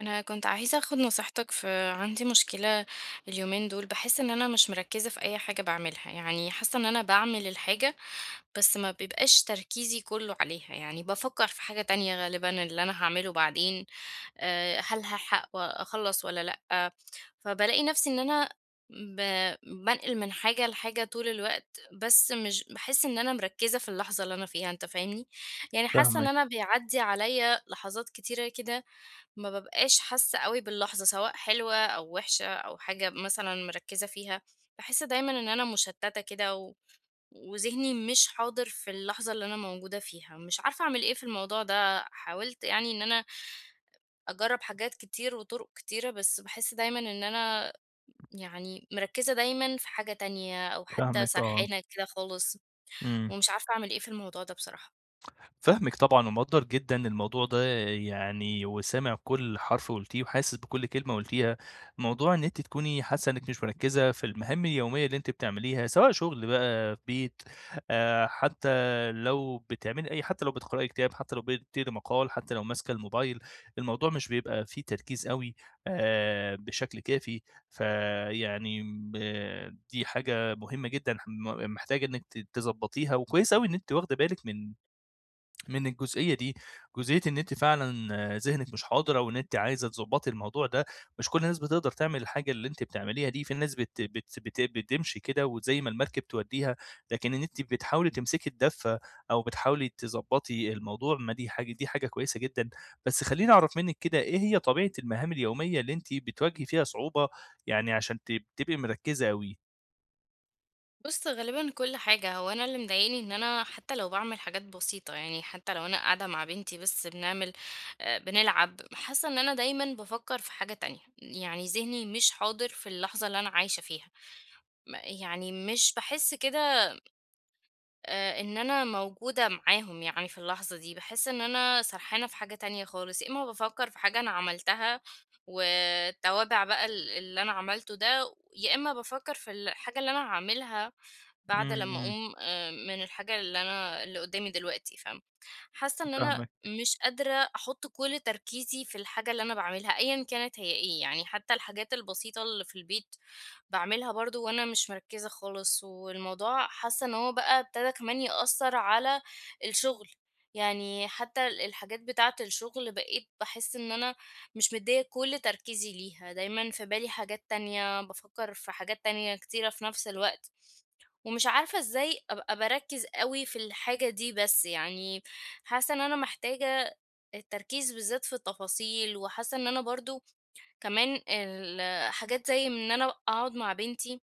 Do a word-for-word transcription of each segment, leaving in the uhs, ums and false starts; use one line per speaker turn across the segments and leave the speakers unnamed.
انا كنت عايزه اخد نصيحتك، في عندي مشكله. اليومين دول بحس ان انا مش مركزه في اي حاجه بعملها، يعني حاسه ان انا بعمل الحاجه بس ما بيبقاش تركيزي كله عليها، يعني بفكر في حاجه تانية غالبا اللي انا هعمله بعدين. آه، هل هلحق واخلص ولا لا. فبلاقي نفسي ان انا ب- بنقل من حاجه لحاجه طول الوقت، بس مش بحس ان انا مركزه في اللحظه اللي انا فيها، انت فاهمني؟ يعني حاسه ان
فاهمِك،
انا بيعدي عليا لحظات كتيره كده. ما بابقاش حاسة أوي باللحظة، سواء حلوة أو وحشة أو حاجة مثلًا مركّزة فيها، باحس دايمًا إن أنا مشتتة كده و وذهني مش حاضر في اللحظة اللي أنا موجودة فيها، مش عارفة أعمل إيه في الموضوع ده. حاولت يعني إن أنا أجرّب حاجات كتير وطرق كتيرة، بس باحس دايمًا إن أنا يعني مركّزة دايمًا في حاجة تانية أو حتى
فاهمِك آه،
سرحانة كده خالص،
إمم.
ومش عارفة أعمل إيه في الموضوع ده بصراحة.
فاهمِك طبعًا ومقدّر جدًا الموضوع ده يعني وسامع كل حرف قُلتيه وحاسس بكل كلمة قُلتيها، موضوع إن أنتِ تكوني حاسة إنِّك مش مركّزة في المهام اليومية اللي أنتِ بتعمليها سواء شغل بقى في بيت آآ، حتى لو بتعملي أي حتى لو بتقرأي كتاب، حتى لو بتقري مقال، حتى لو ماسكة الموبايل، الموضوع مش بيبقى فيه تركيز أوي آآ، بشكل كافي، فيعني ب دي حاجة مهمة جدًا ح م محتاجة إنِّك ت تضبّطيها وكويس أوي إن أنتِ واخدة بالِك من من الجزئية دي، جزئية إن أنتِ فعلًا آه، ذهنِك مش حاضر أو إن أنتِ عايزة تضبّطي الموضوع ده، مش كل الناس بتقدر تعمل الحاجة اللي أنتِ بتعمليها دي، في ناس بت بت بت بتمشي كده وزي ما المركب تودّيها، لكن إن أنتِ بتحاولي تمسكي الدَفّة أو بتحاولي تضبّطي الموضوع، ما دي حاجة دي حاجة كويسة جدًا، بس خلّيني أعرف منِّك كده إيه هي طبيعة المهام اليومية اللي أنتِ بتواجهي فيها صعوبة، يعني عشان ت تبقي مركّزة أوي؟
بُص، غالبًا كل حاجة، هو أنا اللي مضايقني إن أنا حتى لو باعمل حاجات بسيطة، يعني حتى لو أنا قاعدة مع بنتي بس بنعمل آآ بنلعب، حاسة إن أنا دايمًا بافكّر في حاجة تانية، يعني ذهني مش حاضر في اللحظة اللي أنا عايشة فيها، م يعني مش باحس كده آآ، إن أنا موجودة معاهم يعني في اللحظة دي، باحس إن أنا سرحانة في حاجة تانية خالص، يا إما بافكّر في حاجة أنا عملتها والتوابع بقى ال اللي أنا عملته ده، يا إما بافكّر في الحاجة اللي أنا هاعملها بعد
إمم،
لمّا
إمم،
أقوم آآ، من الحاجة اللي أنا اللي قدّامي دلوقتي، فاهمة؟ حاسة إن أنا
فاهمِك،
مش قادرة أحط كل تركيزي في الحاجة اللي أنا باعملها أيًا كانت هي إيه، يعني حتى الحاجات البسيطة اللي في البيت باعملها برضه وأنا مش مركزة خالص، والموضوع حاسة إن هو بقى ابتدى كمان يأثر على الشغل، يعني حتى ال الحاجات بتاعة الشغل بقيت باحس إن أنا مش مدية كل تركيزي ليها، دايمًا في بالي حاجات تانية، بافكر في حاجات تانية كتيرة في نفس الوقت. ومش عارفة إزاي أبقى باركّز أوي في الحاجة دي بس، يعني حاسة إن أنا محتاجة التركيز بالذات في التفاصيل، وحاسة إن أنا برضه كمان ال حاجات زي إن أنا أقعد مع بنتي،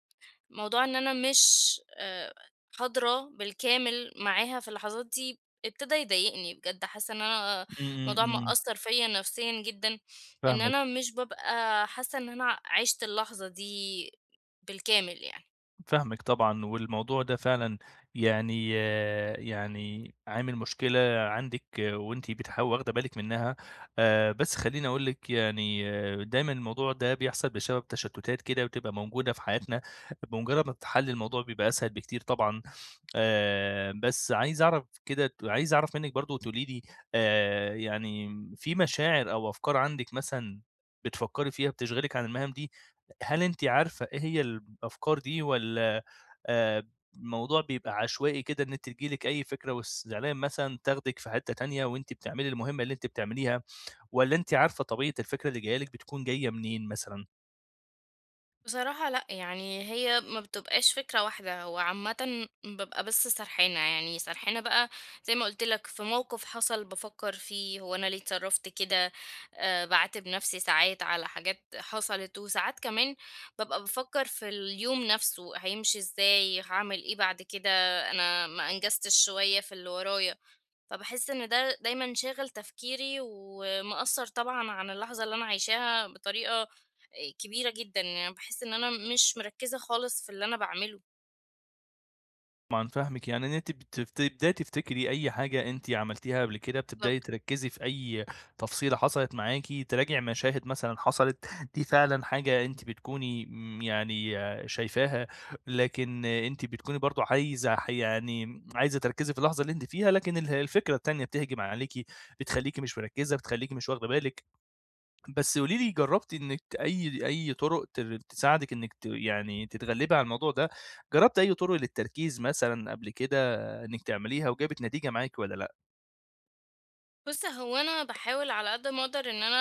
موضوع إن أنا مش آآ حاضرة بالكامل معاها في اللحظات دي ابتدى يضايقني بجد، حاسة إن أنا
إمم،
الموضوع
إمم، إمم،
مأثّر فيّا نفسيًا جدًا، إن
فاهمِك.
أنا مش بابقى حاسة إن أنا عِشت اللحظة دي بالكامل يعني.
فاهمِك طبعًا، والموضوع ده فعلًا يعني آه، يعني عامل مشكلة عندِك وأنتِ بتح واخدة بالِك منها، آآ، بس خلّيني أقول لِك يعني آه، دايمًا الموضوع ده بيحصل بسبب تشتتات كده بتبقى موجودة في حياتنا، بمجرد ما بتحلّي الموضوع بيبقى أسهل بكتير طبعًا، آآ، بس عايز أعرف كده ت عايز أعرف منِّك برضه تقولي لي آآ، يعني في مشاعر أو أفكار عندِك مثلًا بتفكّري فيها بتشغلِك عن المهام دي، هل أنتِ عارفة إيه هي الأفكار دي والّا آآ، الموضوع بيبقى عشوائي كده إن أنتِ تيجي لِك أي فكرة واستسلام مثلًا تاخدِك في حتّة تانية وأنتِ بتعملي المهمة اللي أنتِ بتعمليها، والّا أنتِ عارفة طبيعة الفكرة اللي جاية لِك بتكون جاية منين مثلًا؟
بصراحة لأ، يعني هي ما بتبقاش فكرة واحدة، هو عامةً بابقى بس سرحانة، يعني سرحانة بقى زي ما قُلت لك في موقف حصل بافكّر فيه، هو أنا ليه اتصرّفت كده، آآ باعاتب نَفْسي ساعات على حاجات حصلت، وساعات كمان بابقى بافكّر في اليوم نَفْسه هيمشي إزاي، هاعمل إيه بعد كده، أنا ما أنجزتش شوية في اللي ورايا. فباحس إن ده دايمًا شاغل تفكيري، ومأثّر طبعًا عن اللحظة اللي أنا عايشاها بطريقة آآ كبيرة جدًا، يعني باحس إن أنا مش مركّزة خالص في اللي أنا باعمله.
طبعًا فاهمِك، يعني إن أنتِ بتفت بتبدئي تفتكري أي حاجة أنتِ عملتيها قبل كده، بتبدئي
بالضبط.
تركّزي في أي تفصيلة حصلت معاكِ، تراجعي مشاهد مثلًا حصلت، دي فعلًا حاجة أنتِ بتكوني امم، يعني شايفاها، لكن أنتِ بتكوني برضه عايزة ح يعني عايزة تركّزي في اللحظة اللي أنتِ فيها، لكن اله الفكرة التانية بتهجم عليكِ، بتخلّيكِ مش مركّزة، بتخلّيكِ مش واخدة بالِك. بس قولي لي جرّبتِ إنِّك ت أي أي طُرق تر تساعدِك إنِّك ت يعني تتغلّبي على الموضوع ده، جرّبتِ أي طُرق للتركيز مثلًا قبل كده إنِّك تعمليها وجابت نتيجة معاكِ والّا لأ؟
بُص، هو أنا باحاول على قد ما أقدر إن أنا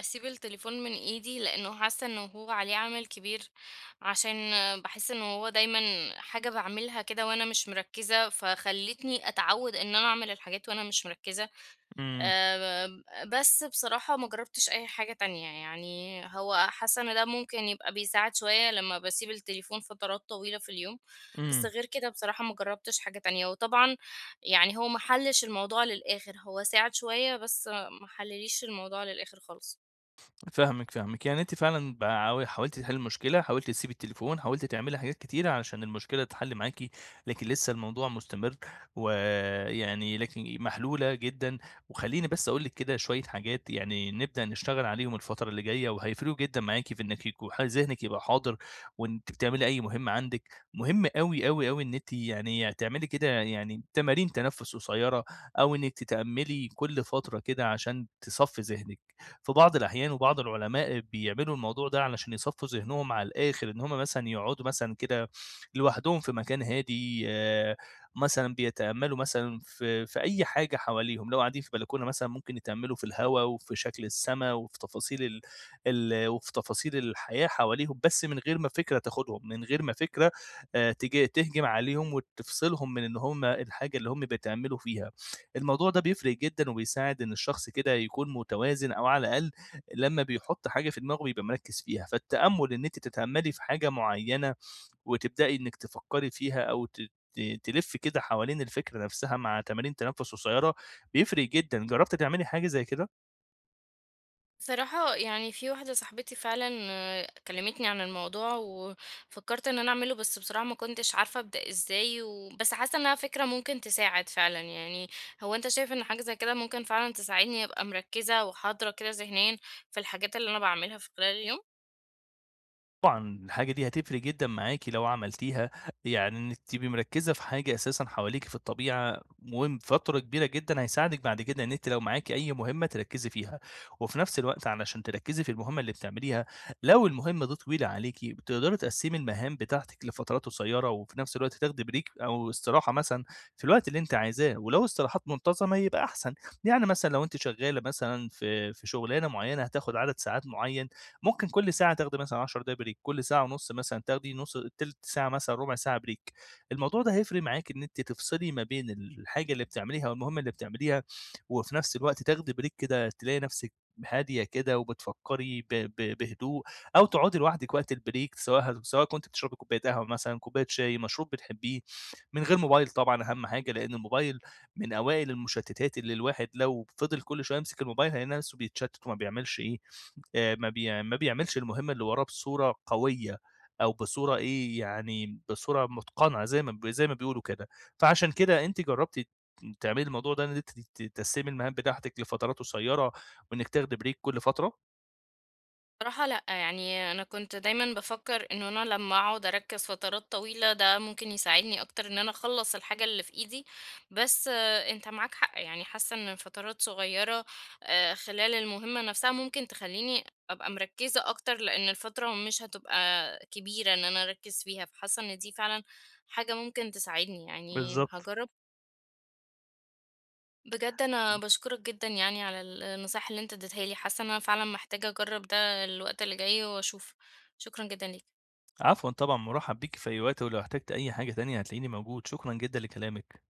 أسيب التليفون من إيدي، لإنه حاسة إنه هو عليه عامل كبير، عشان باحس إنه هو دايمًا حاجة باعملها كده وأنا مش مركّزة، فخلّتني أتعوّد إن أنا أعمل الحاجات وأنا مش مركّزة.
إمم،
آآ، بس بصراحة ما جرّبتش أي حاجة تانية، يعني هو حاسة إن ده ممكن يبقى بيساعد شوية لمّا باسيب التليفون فترات طويلة في اليوم، بس
إمم.
غير كده بصراحة ما جرّبتش حاجة تانية، وطبعًا يعني هو ما حلّش الموضوع للآخر، هو ساعد شوية بس ما حلّليش الموضوع للآخر خالص.
فاهمِك، فاهمِك، يعني أنتِ فعلًا بع حاولتِ تحلّي المشكلة، حاولتِ تسيبي التليفون، حاولتِ تعملي حاجات كتيرة علشان المشكلة تتحل معاكِ، لكن لسه الموضوع مستمر، ويعني لكن محلولة جدًا، وخلّيني بس أقول لِك كده شوية حاجات يعني نبدأ نشتغل عليهم الفترة اللي جاية، وهيفرقوا جدًا معاكِ في إنِّك يكو ح ذهنِك يبقى حاضر، وأنتِ بتعملي أي مهمة عندِك، مهم أوي، أوي، أوي إن أنتِ يعني تعملي كده يعني تمارين تنفس قصيرة، أو إنِّك تتأملي كل فترة كده عشان تصفّي ذهنِك. في بعض الأحيان وبعض العلماء بيعملوا الموضوع ده علشان يصفّوا ذهنهم على الآخر، إن هم مثلًا يقعدوا مثلًا كده لوحدهم في مكان هادي آآ، مثلًا بيتأمّلوا مثلًا في في أي حاجة حواليهم، لو قاعدين في بلكونة مثلًا ممكن يتأمّلوا في الهوا وفي شكل السما وفي تفاصيل ال ال وفي تفاصيل الحياة حواليهم، بس من غير ما فكرة تاخدهم، من غير ما فكرة آآ، تج تهجم عليهم وتفصلهم من إن هم الحاجة اللي هم بيتأمّلوا فيها. الموضوع ده بيفرق جدًا وبيساعد إن الشخص كده يكون متوازن أو على الأقل لمّا بيحُط حاجة في دماغه بيبقى مركِّز فيها، فالتأمُّل إن أنتِ تتأمَّلي في حاجة معيّنة وتبدئي إنِّك تفكّري فيها أو ت ت تلفّي كده حوالين الفكرة نفسها مع تمارين تنفُّس قصيّرة بيفرق جدًا، جرّبتِ تعملي حاجة زي كده؟
بصراحة يعني في واحدة صاحبتي فعلا آه، كلمتني عن الموضوع وفكرت ان انا اعمله، بس بصراحة ما كنتش عارفة ابدأ ازاي و... بس حاسة انها فكرة ممكن تساعد فعلا يعني. هو انت شايف ان حاجة زي كده ممكن فعلا تساعدني ابقى مركزة وحاضرة كده ذهنيا في الحاجات اللي انا بعملها في خلال اليوم؟
طبعًا الحاجة دي هتفرق جدًا معاكِ لو عملتيها، يعني إنِّك تبقي مركّزة في حاجة أساسًا حواليكِ في الطبيعة مهم فترة كبيرة جدًا هيساعدِك بعد كده إن أنتِ لو معاكِ أي مهمة تركّزي فيها، وفي نفس الوقت علشان تركّزي في المهمة اللي بتعمليها، لو المهمة دي طويلة عليكِ بتقدري تقسّمي المهام بتاعتِك لفترات قصيّرة، وفي نفس الوقت تاخدي break أو استراحة مثلًا في الوقت اللي أنتِ عايزاه، ولو استراحات منتظمة يبقى أحسن، يعني مثلًا لو أنتِ شغّالة مثلًا في في شُغلانة معيّنة هتاخد عدد ساعات معيّن ممكن كل ساعة تاخدي مثلًا 10 دقايق بريك، كل ساعة ونُص مثلًا تاخدي نُص تِلت ساعة مثلًا، ربع ساعة بريك. الموضوع ده هيفرق معاكِ إن أنتِ تفصلي ما بين الحاجة اللي بتعمليها أو المهمة اللي بتعمليها، وفي نفس الوقت تاخدي بريك كده تلاقي نفسِك هادية كده وبتفكّري ب ب بهدوء، أو تقعدي لوحدِك وقت البريك سواء هت سواء كنتِ بتشربي كوباية قهوة مثلًا، كوباية شاي، مشروب بتحبيه، من غير موبايل طبعًا أهم حاجة، لإن الموبايل من أوائل المشتتات اللي الواحد لو فضل كل شوية يمسك الموبايل هيلاقي نفسه بيتشتت وما بيعملش إيه، آآ ما بي ما بيعملش المهمة اللي وراه بصورة قوية أو بصورة إيه، يعني بصورة متقنة زي ما ب زي ما بيقولوا كده. فعشان كده أنتِ جرّبتِ تعملي الموضوع ده إن أنتِ ت تقسّمي المهام بتاعتِك لفترات قصيرة وإنِّك تاخدي break كل فترة؟
بصراحة لأ، يعني أنا كنت دايمًا بافكّر إنه أنا لمّا أقعد أركّز فترات طويلة ده ممكن يساعدني أكتر إن أنا أخلّص الحاجة اللي في إيدي، بس آه، أنت معاك حق، يعني حاسة إن فترات صغيّرة آآ خلال المهمة نفْسها ممكن تخلّيني أبقى مركّزة أكتر، لإن الفترة مش هتبقى كبيرة إن أنا أركّز فيها، فحاسة إن دي فعلًا حاجة ممكن تساعدني، يعني
بالضبط.
هاجرّب. بجد انا
إمم.
باشكرك جدا يعني على ال- النصائح اللي انت اديتها لي، حاسه ان انا فعلا محتاجه اجرب ده الوقت اللي جاي واشوف. شكرا جدا ليك.
عفوًا طبعًا، مُرحّب بيكِ في أي وقت، ولو احتجتِ أي حاجة تانية هتلاقيني موجود. شكرًا جدًا لكلامِك.